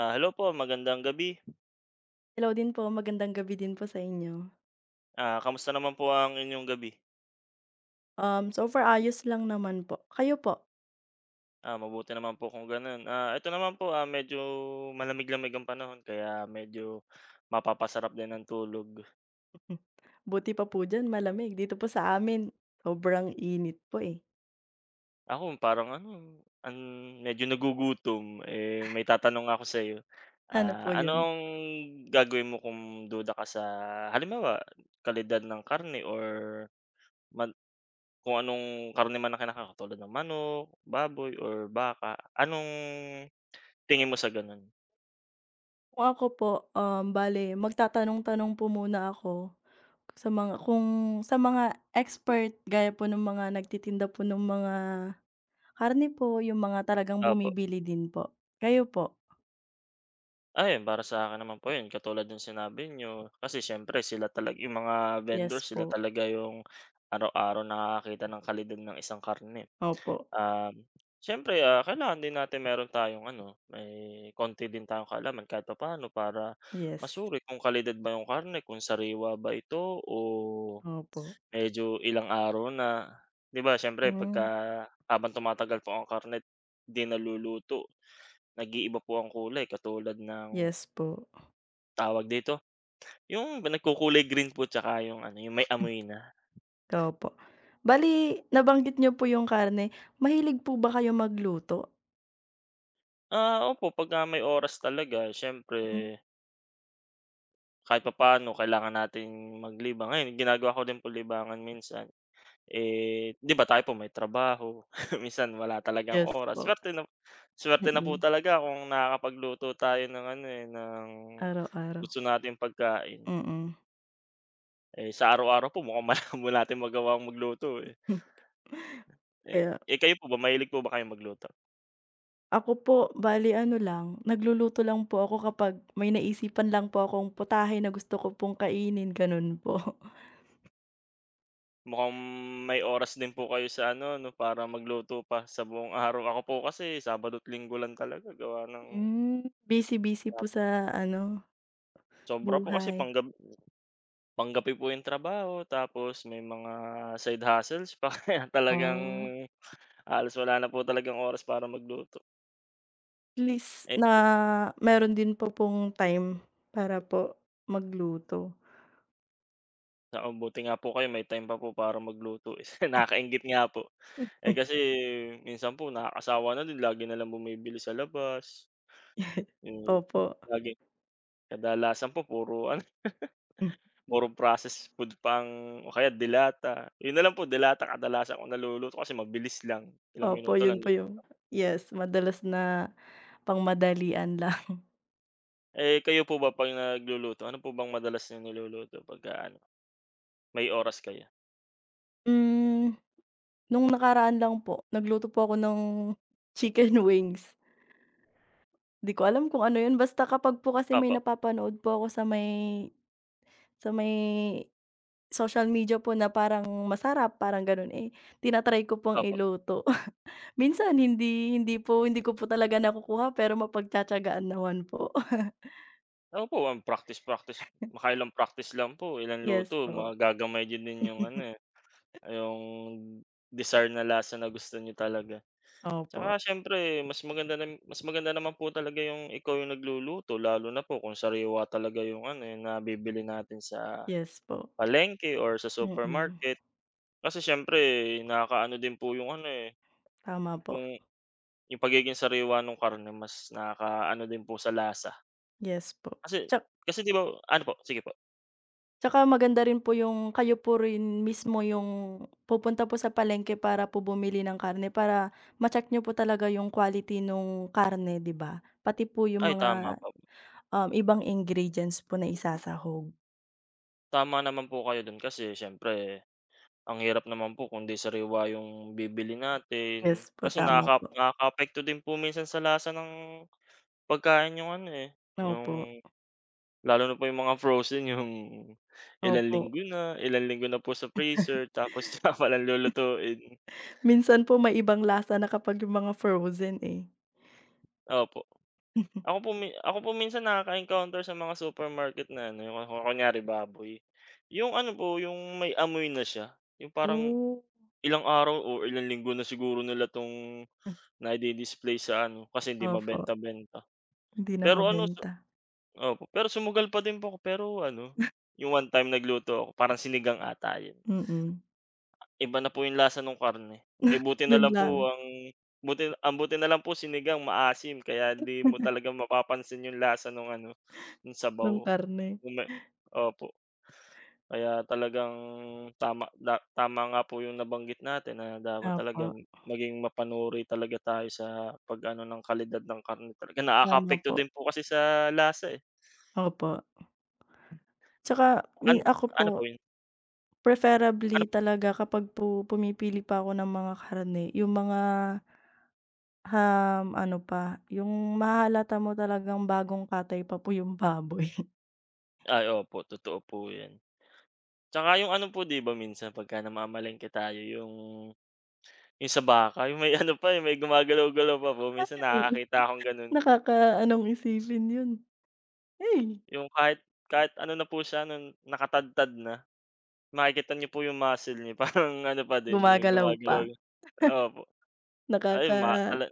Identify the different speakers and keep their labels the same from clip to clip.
Speaker 1: Ah, hello po, magandang gabi.
Speaker 2: Hello din po, magandang gabi din po sa inyo.
Speaker 1: Ah, kamusta naman po ang inyong gabi?
Speaker 2: So far ayos lang naman po. Kayo po?
Speaker 1: Ah, mabuti naman po kung gano'n. Ah, ito naman po, ah, medyo malamig-lamig ang panahon kaya medyo mapapasarap din ang tulog.
Speaker 2: Hmm, buti pa po diyan malamig, dito po sa amin sobrang init po, eh.
Speaker 1: Ako parang ano, medyo nagugutom, eh, may tatanong ako sa iyo.
Speaker 2: Ano po
Speaker 1: Ah, ano
Speaker 2: 'yun?
Speaker 1: ang gagawin mo kung duda ka sa, halimbawa, kalidad ng karne or man kung anong karne man ang kinakain, katulad ng manok, baboy or baka? Anong tingin mo sa gano'n?
Speaker 2: Kung ako po, bale magtatanong-tanong po muna ako sa mga kung sa mga expert gaya po ng mga nagtitinda po ng mga karne po, yung mga talagang
Speaker 1: Opo.
Speaker 2: bumibili din po. Kayo po?
Speaker 1: Ayun, para sa akin naman po yun katulad nung sinabi niyo, kasi siyempre sila talaga yung mga vendor,
Speaker 2: Yes
Speaker 1: sila
Speaker 2: po.
Speaker 1: talaga yung araw-araw nakakakita ng kalidad ng isang karne.
Speaker 2: Opo.
Speaker 1: Um, Siyempre, ah, kailangan din natin meron tayong ano, may konti din tayong kaalaman kahit papaano para
Speaker 2: Yes.
Speaker 1: masuri kung kalidad ba yung karne, kung sariwa ba ito o
Speaker 2: Opo.
Speaker 1: medyo ilang araw na. 'Di ba siyempre pagka
Speaker 2: Hmm,
Speaker 1: habang tumatagal po ang karne, 'di naluluto, nag-iiba po ang kulay, katulad ng,
Speaker 2: yes po.
Speaker 1: tawag dito? Yung ba nagkukulay green po tsaka yung ano, yung may amoy na.
Speaker 2: Opo. Bali nabanggit niyo po yung karne, mahilig po ba kayo magluto?
Speaker 1: Ah, opo, pagka may oras talaga siyempre
Speaker 2: Hmm.
Speaker 1: kahit papaano kailangan natin maglibang. Ngayon ginagawa ko din po libangan minsan. Eh, 'di ba tayo po may trabaho, minsan wala talagang
Speaker 2: Yes
Speaker 1: oras.
Speaker 2: po.
Speaker 1: Swerte na po
Speaker 2: Mm.
Speaker 1: talaga kung nakakapagluto tayo ng ano, eh, ng
Speaker 2: Araw-araw,
Speaker 1: gusto natin pagkain.
Speaker 2: mm.
Speaker 1: Eh, sa araw-araw po mukhang malabo natin magawang magluto, eh. Eh
Speaker 2: Kaya
Speaker 1: eh, kayo po ba, mahilig po ba kayong magluto?
Speaker 2: ako po bale ano lang, nagluluto lang po ako kapag may naisipan lang po akong putahe na gusto ko pong kainin, ganun po.
Speaker 1: Mukhang may oras din po kayo sa ano 'no, para magluto pa sa buong araw. Ako po kasi sabado't linggo lang talaga gawa ng
Speaker 2: Hmm. Busy-busy po sa ano,
Speaker 1: sobra po kasi
Speaker 2: buhay.
Speaker 1: panggabi po yung trabaho tapos may mga side hustles pa kaya talagang
Speaker 2: Oh,
Speaker 1: halos wala na po talagang oras para magluto.
Speaker 2: at least
Speaker 1: Eh,
Speaker 2: na meron din po pong time para po magluto.
Speaker 1: oo, buti nga po kayo may time pa po para magluto, eh. Nakakainggit nga po. Eh, kasi minsan po nakakasawa na din lagi na lang bumibili sa labas,
Speaker 2: Yes.
Speaker 1: yung
Speaker 2: Opo.
Speaker 1: lagi, kadalasan po puro ano, puro processed food o kaya delata. Yun na lang po delata kadalasan kung naluluto kasi mabilis lang, ilang
Speaker 2: Opo,
Speaker 1: minuto lang.
Speaker 2: yun po yung yes, madalas na pangmadalian lang.
Speaker 1: Eh, kayo po ba 'pag nagluluto ano po bang madalas na niluluto pagka ano, may oras kayo?
Speaker 2: Hmm, nung nakaraan lang po, nagluto po ako ng chicken wings. 'Di ko alam kung ano yun, basta kapag po kasi may
Speaker 1: Opo,
Speaker 2: napapanood po ako sa may social media po na parang masarap, parang gano'n, eh, tina ko pong
Speaker 1: opo.
Speaker 2: iluto. Minsan hindi hindi po hindi ko po talaga nakukuha, pero mapagtiyatiyagaan naman po.
Speaker 1: Opo, ang practice-practice, makailang practice lang po, ilang
Speaker 2: Yes
Speaker 1: luto
Speaker 2: po.
Speaker 1: magagamay niyo din yung ano, eh, yung desired na lasa na gusto niyo talaga.
Speaker 2: Opo.
Speaker 1: Tsaka siyempre mas maganda naman po talaga yung ikaw yung nagluluto lalo na po kung sariwa talaga yung ano, eh, nabibili natin sa
Speaker 2: Yes po.
Speaker 1: palengke or sa
Speaker 2: Mm.
Speaker 1: supermarket. Kasi siyempre nakakaano din po yung ano, eh,
Speaker 2: Tama po.
Speaker 1: kung yung pagiging sariwa ng karne mas nakakaano din po sa lasa.
Speaker 2: Yes po.
Speaker 1: Kasi
Speaker 2: Tsak
Speaker 1: kasi 'di ba, ano po? Sige po.
Speaker 2: tsaka maganda rin po yung kayo po rin mismo yung pupunta po sa palengke para po bumili ng karne para ma-check niyo po talaga yung quality nung karne, 'di ba? Pati po yung
Speaker 1: Ay, tama
Speaker 2: mga,
Speaker 1: po.
Speaker 2: ibang ingredients po na isasahog.
Speaker 1: Tama naman po kayo dun kasi siyempre ang hirap naman po kung 'di sariwa yung bibili
Speaker 2: Yes
Speaker 1: natin
Speaker 2: po,
Speaker 1: kasi
Speaker 2: tama po.
Speaker 1: nakakaapekto din po minsan sa lasa ng pagkain yung ano, eh,
Speaker 2: Opo,
Speaker 1: yung lalo na po yung mga frozen, yung
Speaker 2: opo.
Speaker 1: ilang linggo na po sa freezer tapos tsaka palang lulutuin.
Speaker 2: Minsan po may ibang lasa na kapag yung mga frozen, eh.
Speaker 1: Opo, ako po minsan nakaka-encounter sa mga supermarket na ano, yung kunyari baboy, yung ano po, yung may amoy na siya, yung parang
Speaker 2: Oh.
Speaker 1: ilang araw o ilang linggo na siguro nila 'tong nai-di-display sa ano, kasi hindi
Speaker 2: Ah, opo,
Speaker 1: mabenta-benta.
Speaker 2: hindi na
Speaker 1: Pero ano
Speaker 2: mabenta.
Speaker 1: opo, pero sumugal pa din po ako, pero ano, yung one time nagluto ako, parang sinigang ata yun.
Speaker 2: Mm.
Speaker 1: Iba na po yung lasa nung karne. Eh,
Speaker 2: Yun lang,
Speaker 1: buti na lang po sinigang maasim kaya 'di mo talaga mapapansin yung lasa nung ano, nung
Speaker 2: nung
Speaker 1: sabaw.
Speaker 2: karne.
Speaker 1: Yung may, opo. Kaya talagang tama nga po yung nabanggit natin na dapat talaga
Speaker 2: Opo,
Speaker 1: maging mapanuri talaga tayo sa pag-ano ng kalidad ng karne talaga.
Speaker 2: tama
Speaker 1: Nakakaapekto
Speaker 2: po.
Speaker 1: din po kasi sa lasa, eh.
Speaker 2: Opo, 'tsaka
Speaker 1: An
Speaker 2: min ako po
Speaker 1: Ano po yun?
Speaker 2: preferably
Speaker 1: Ano
Speaker 2: talaga kapag po pumipili pa ako ng mga karne, yung mga, ano pa, yung mahalata mo talagang bagong katay pa po yung baboy.
Speaker 1: ay, opo, totoo po yan. Tsaka yung ano po 'di ba minsan pagka namamalengke tayo yung sa baka, yung may ano pa, eh, may gumagalaw-galaw pa po, minsan
Speaker 2: Ay,
Speaker 1: nakakakita akong gano'n.
Speaker 2: nakakaanong isipin yun. Ay,
Speaker 1: Yung kahit Kahit ano na po siya nun, nakatadtad na, makikita niyo po yung muscle niya parang ano pa din yung
Speaker 2: gumagalaw pa,
Speaker 1: gumagalaw, opo. Ayun, ma
Speaker 2: nakaka-ano
Speaker 1: tala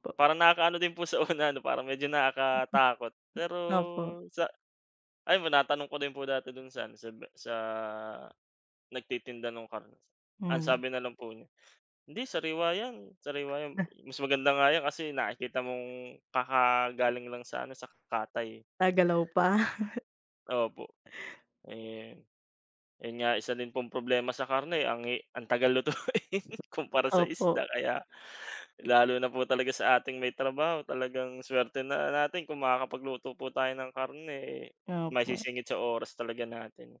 Speaker 2: po,
Speaker 1: parang nakakaano din po sa una, ano, parang medyo nakakatakot. Pero
Speaker 2: opo,
Speaker 1: sa ayun, natanong ko din po dati dun sa ano, sa ba sa nagtitinda nung karne, ang
Speaker 2: hmm,
Speaker 1: sabi na lang po niya, "Hindi, sariwa 'yan, sariwa 'yan. Mas maganda nga 'yan kasi nakikita mong kakagaling lang sa ano, sa katay, eh."
Speaker 2: nagagalaw pa,
Speaker 1: Opo, eh, yun nga, isa din pong problema sa karne ang tagal lutuin kumpara sa isda,
Speaker 2: opo,
Speaker 1: kaya lalo na po talaga sa ating may trabaho talagang swerte na natin kung makakapagluto po tayo ng karne, eh,
Speaker 2: opo,
Speaker 1: maisisingit sa oras talaga natin.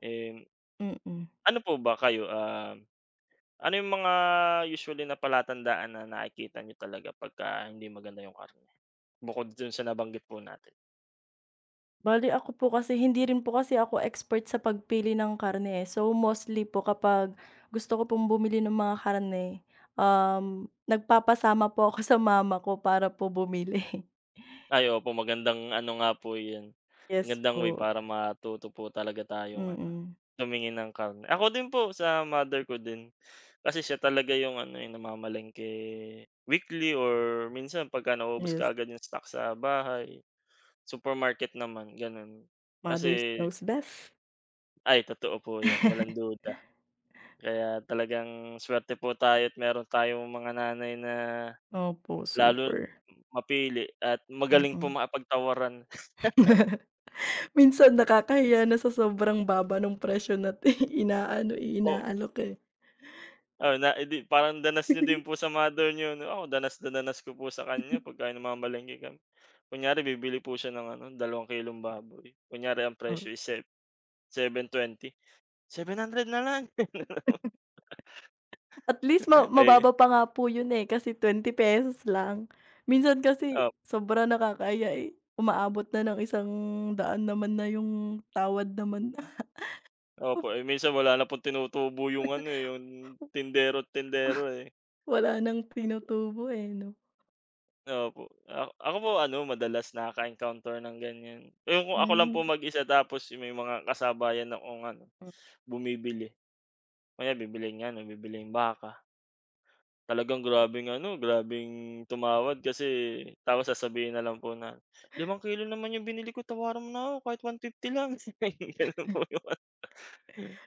Speaker 1: Eh,
Speaker 2: mm.
Speaker 1: ano po ba kayo, ano yung mga usually na palatandaan na nakikita nyo talaga pagka hindi maganda yung karne? Bukod dun sa nabanggit po natin.
Speaker 2: Bale ako po kasi hindi rin po kasi ako expert sa pagpili ng karne, eh. So, mostly po kapag gusto ko pong bumili ng mga karne, nagpapasama po ako sa mama ko para po bumili.
Speaker 1: Ay, opo, magandang ano nga po yun,
Speaker 2: Yes
Speaker 1: magandang way
Speaker 2: po,
Speaker 1: para matuto po talaga tayong ano,
Speaker 2: mm.
Speaker 1: tumingin ng karne. Ako din po sa mother ko din, kasi siya talaga yung ano, eh, namamalengke weekly or minsan pagka naubos
Speaker 2: Yes,
Speaker 1: kaagad yung stock sa bahay, supermarket naman ganun.
Speaker 2: mothers
Speaker 1: Kasi
Speaker 2: knows best.
Speaker 1: ay, totoo po yan, walang duda. Kaya talagang swerte po tayo at meron tayong mga nanay na,
Speaker 2: Opo,
Speaker 1: lalo,
Speaker 2: super,
Speaker 1: mapili at magaling po
Speaker 2: mm.
Speaker 1: makipagtawaran.
Speaker 2: Minsan nakakahiya na sa sobrang baba nung presyo na't inaano,
Speaker 1: Oo,
Speaker 2: inaalok, eh.
Speaker 1: oo, na edi parang danas niyo din po sa mother niyo 'no? Ako, danas na danas ko po sa kanya pagka namamalengke kami. Kunyari bibili po siya ng ano, 2 kilong baboy, kunyari ang presyo is 720, 700 na lang."
Speaker 2: At least
Speaker 1: Eh,
Speaker 2: mababa pa nga po yun, eh, kasi ₱20 lang. Minsan kasi
Speaker 1: op
Speaker 2: sobra nakakahiya, eh, umaabot na ng 100 naman na yung tawad naman.
Speaker 1: opo, eh, minsan wala na pong tinutubo yung ano, eh, yung tindero at tindera, eh.
Speaker 2: Wala nang tinutubo, eh, 'no?
Speaker 1: Opo, a ako po ano, madalas nakaka-encounter ng ganyan. Yung kung ako lang po
Speaker 2: Hmm,
Speaker 1: mag-isa tapos may mga kasabayan akong ano,
Speaker 2: hmm.
Speaker 1: bumibili. Kunyari bibilhin ng ano, bibilhin baka. Talagang grabeng ano, grabeng tumawad kasi tapos sasabihin na lang po na, "5 kilo naman yung binili ko, tawaran mo na ako kahit 150 lang." Ganun po yung ano,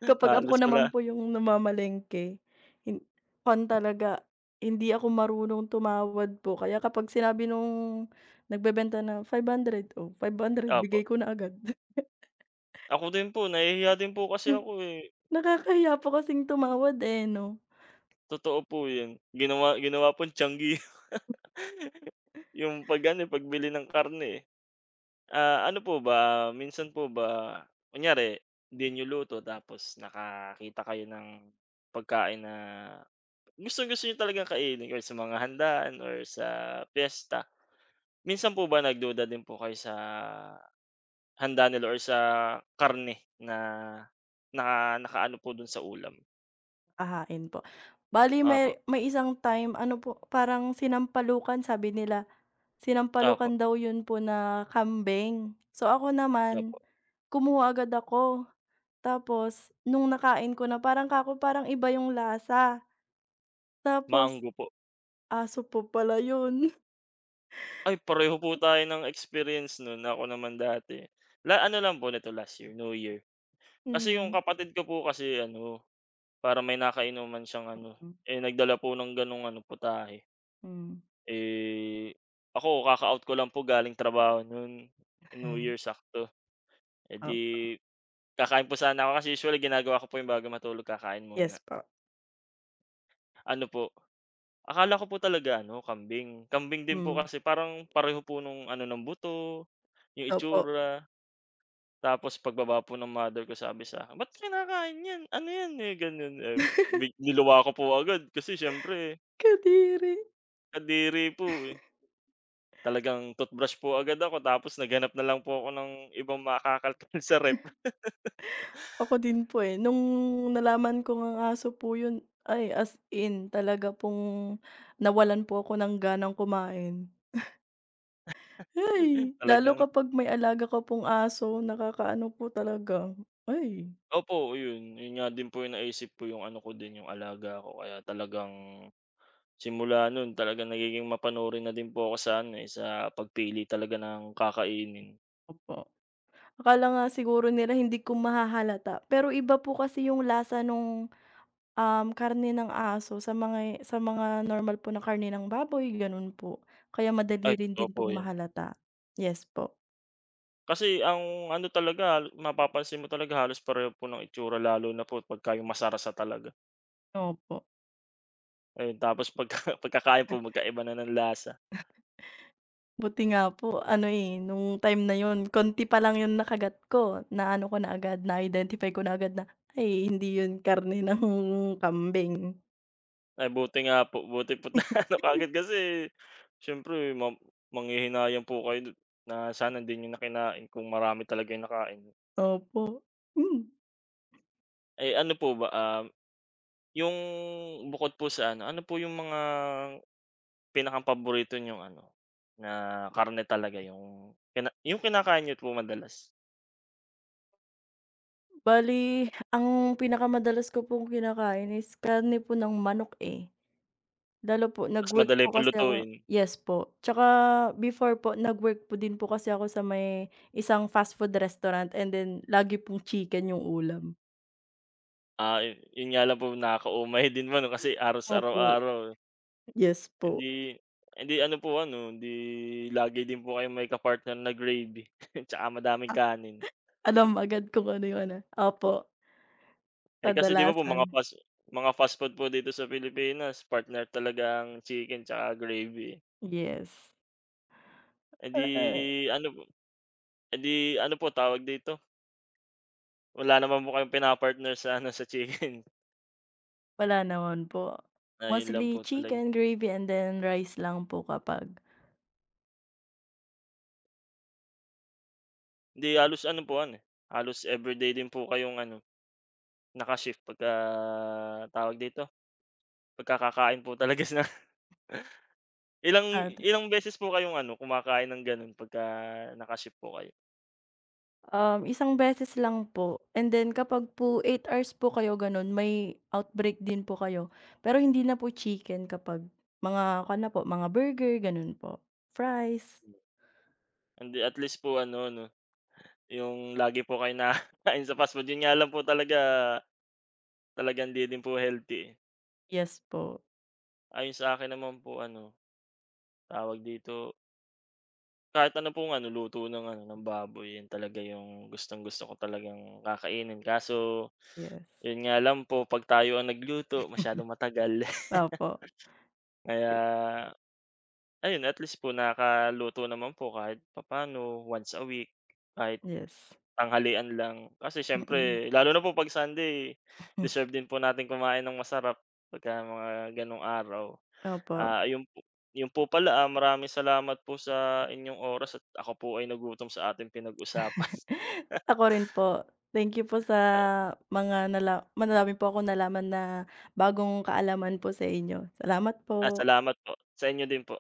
Speaker 2: Kapag ako
Speaker 1: halos
Speaker 2: naman
Speaker 1: wala,
Speaker 2: po yung namamalengke, hin pan talaga, hindi ako marunong tumawad po. Kaya kapag sinabi nung nagbebenta na 500 oh, 500
Speaker 1: opo.
Speaker 2: bigay ko na agad.
Speaker 1: Ako din po, nahihiya din po kasi ako, eh,
Speaker 2: Nakakahiya po kasing tumawad, eh, 'no?
Speaker 1: totoo po 'yun. Ginawa ginawa pong tiyanggi yung 'pag ano, eh, pagbili ng karne, eh. Ah, ano po ba, minsan po ba kunyari hindi niyo luto tapos nakakita kayo ng pagkain na gustong-gusto niyo talagang kainin or sa mga handaan or sa piyesta, minsan po ba nagduda din po kayo sa handa nila or sa karne na nakaano po dun sa ulam?
Speaker 2: Hahain po. Bali
Speaker 1: Opo,
Speaker 2: may isang time ano po, parang sinampalukan sabi nila.
Speaker 1: opo,
Speaker 2: Sinampalukan daw yun po na kambing. So ako naman,
Speaker 1: opo,
Speaker 2: kumuha agad ako. Tapos nung nakain ko na parang kako parang iba yung lasa. Tapos
Speaker 1: maanggo po.
Speaker 2: aso po pala yun.
Speaker 1: Ay, pareho po tayo ng experience nun. Ako naman dati, ano lang po nito last year, New Year. Kasi yung
Speaker 2: Mm.
Speaker 1: kapatid ko po kasi ano para may nakainuman siyang ano,
Speaker 2: Hmm.
Speaker 1: eh, nagdala po ng gano'ng ano, putahe.
Speaker 2: Hmm.
Speaker 1: Eh, ako kaka-out ko lang po galing trabaho noon, New Year sakto. Eh, di,
Speaker 2: Opo.
Speaker 1: kakain po sana ako kasi usually ginagawa ko po yung bago matulog kakain muna.
Speaker 2: Yes po.
Speaker 1: Ano po, akala ko po talaga ano, kambing. Kambing din po
Speaker 2: Hmm.
Speaker 1: kasi parang pareho po nung ano ng buto, 'yung
Speaker 2: Opo,
Speaker 1: itsura. Tapos pagbaba po ng mother ko sabi sa'kin, "Ba't kinakain 'yan? Ano 'yan?" Eh, gano'n. Eh, niluwa ko po agad kasi siyempre
Speaker 2: kadiri.
Speaker 1: kadiri po, eh. Talagang toothbrush po agad ako tapos naghanap na lang po ako ng ibang makakalkal sa ref.
Speaker 2: Ako din po, eh. Nung nalaman kong ang aso po yun, ay as in talaga pong nawalan po ako ng ganang kumain. Ay, lalo
Speaker 1: Talagang,
Speaker 2: kapag may alaga ka pong aso nakakaano po talaga. Ay,
Speaker 1: opo, yun, yun nga din po yung naisip ko yung ano ko din, yung alaga ko kaya talagang simula nun talagang nagiging mapanuri na din po ako sa ano, eh, sa pagpili talaga ng kakainin.
Speaker 2: opo. Akala nga siguro nila hindi ko mahahalata, pero iba po kasi yung lasa nung, karne ng aso sa mga normal po na karne ng baboy, gano'n po. Kaya
Speaker 1: Ay,
Speaker 2: madali rin
Speaker 1: totoo
Speaker 2: din
Speaker 1: po
Speaker 2: pong
Speaker 1: yan.
Speaker 2: mahalata. Yes po.
Speaker 1: Kasi ang ano talaga, mapapansin mo talaga halos pareho po ng itsura lalo na po pagka yung masarsa talaga.
Speaker 2: Opo.
Speaker 1: Ayun, tapos pagka pagkakain po magkaiba na ng lasa.
Speaker 2: Buti nga po ano, eh, nung time na yun konti pa lang yung nakagat ko, na ano ko na agad, na-identify ko na agad na, ay hindi yun karne ng kambing.
Speaker 1: Ay, buti nga po, buti po't naano kaagad kasi siyempre manghihinayang po kayo dun na sana din niyo na kung marami talaga yung nakain.
Speaker 2: Opo. Hmm,
Speaker 1: Eh, ano po ba, ah, yung bukod po sa ano, ano po yung mga pinakapaborito niyong ano, na karne talaga yung kinakain niyo po madalas?
Speaker 2: bali ang pinakamadalas ko pong kinakain is karne po ng manok, eh. Lalo po
Speaker 1: Mas
Speaker 2: nag-work
Speaker 1: madali
Speaker 2: po
Speaker 1: pong
Speaker 2: kasi ako
Speaker 1: lutuin.
Speaker 2: yes po, tsaka before po nag-work po din po kasi ako sa may isang fast food restaurant and then lagi pong chicken yung ulam.
Speaker 1: Ah, yun nga lang po nakakaumay din mo 'no, kasi halos
Speaker 2: Opo,
Speaker 1: araw-araw.
Speaker 2: yes
Speaker 1: Eh,
Speaker 2: po.
Speaker 1: di, eh, ano po ano, di, lagi din po kayong may ka-partner na gravy tsaka madaming kanin.
Speaker 2: Alam agad kung ano yung ano opo,
Speaker 1: Eh, kasi 'di ba po
Speaker 2: kadalasan,
Speaker 1: mga fast food po dito sa Pilipinas partner talaga ang chicken tsaka gravy, eh.
Speaker 2: yes.
Speaker 1: Eh, di,
Speaker 2: Ah,
Speaker 1: ano po, eh, di, ano po, tawag dito, wala naman po kayong pina-partner sa ano, sa chicken,
Speaker 2: wala naman po.
Speaker 1: na yun lang
Speaker 2: Mostly
Speaker 1: po talaga.
Speaker 2: chicken, gravy, and then rice lang po kapag
Speaker 1: Hindi, halos ano po ano, eh, halos everyday din po kayong ano, naka-shift pagka tawag dito, pagka kakain po talaga sila. Ilang
Speaker 2: at,
Speaker 1: ilang beses po kayong ano, kumakain ng gano'n pagka naka-shift po kayo?
Speaker 2: isang beses lang po and then kapag po 8 hours po kayo gano'n may outbreak din po kayo, pero hindi na po chicken kapag mga kuwan na po, mga burger gano'n po, fries,
Speaker 1: And at least po ano 'no, yung lagi po kayong nakakain sa fast food, yun nga lang po talaga, talagang hindi din po healthy, eh.
Speaker 2: yes po,
Speaker 1: Ayon sa akin naman po ano, tawag dito, kahit ano pong ano, luto ng ano, ng baboy, yun talaga yung gustong-gusto ko talagang kakainin kaso,
Speaker 2: yes.
Speaker 1: yun nga lang po 'pag tayo ang nagluto masyadong matagal
Speaker 2: Opo,
Speaker 1: kaya, ayun, at least po nakaluto naman po kahit papaano once a week, kahit
Speaker 2: yes.
Speaker 1: tanghalian lang. Kasi siyempre
Speaker 2: Mm.
Speaker 1: lalo na po 'pag Sunday, deserve din po natin kumain ng masarap pagka mga gano'ng araw.
Speaker 2: Opo.
Speaker 1: Ah, ayun po, yun po pala, ah, maraming salamat po sa inyong oras at ako po ay nagutom sa ating pinag-usapan.
Speaker 2: Ako rin po. Thank you po sa mga madami po akong nalaman na bagong kaalaman po sa inyo. Salamat
Speaker 1: Ah,
Speaker 2: po.
Speaker 1: salamat po, sa inyo din po.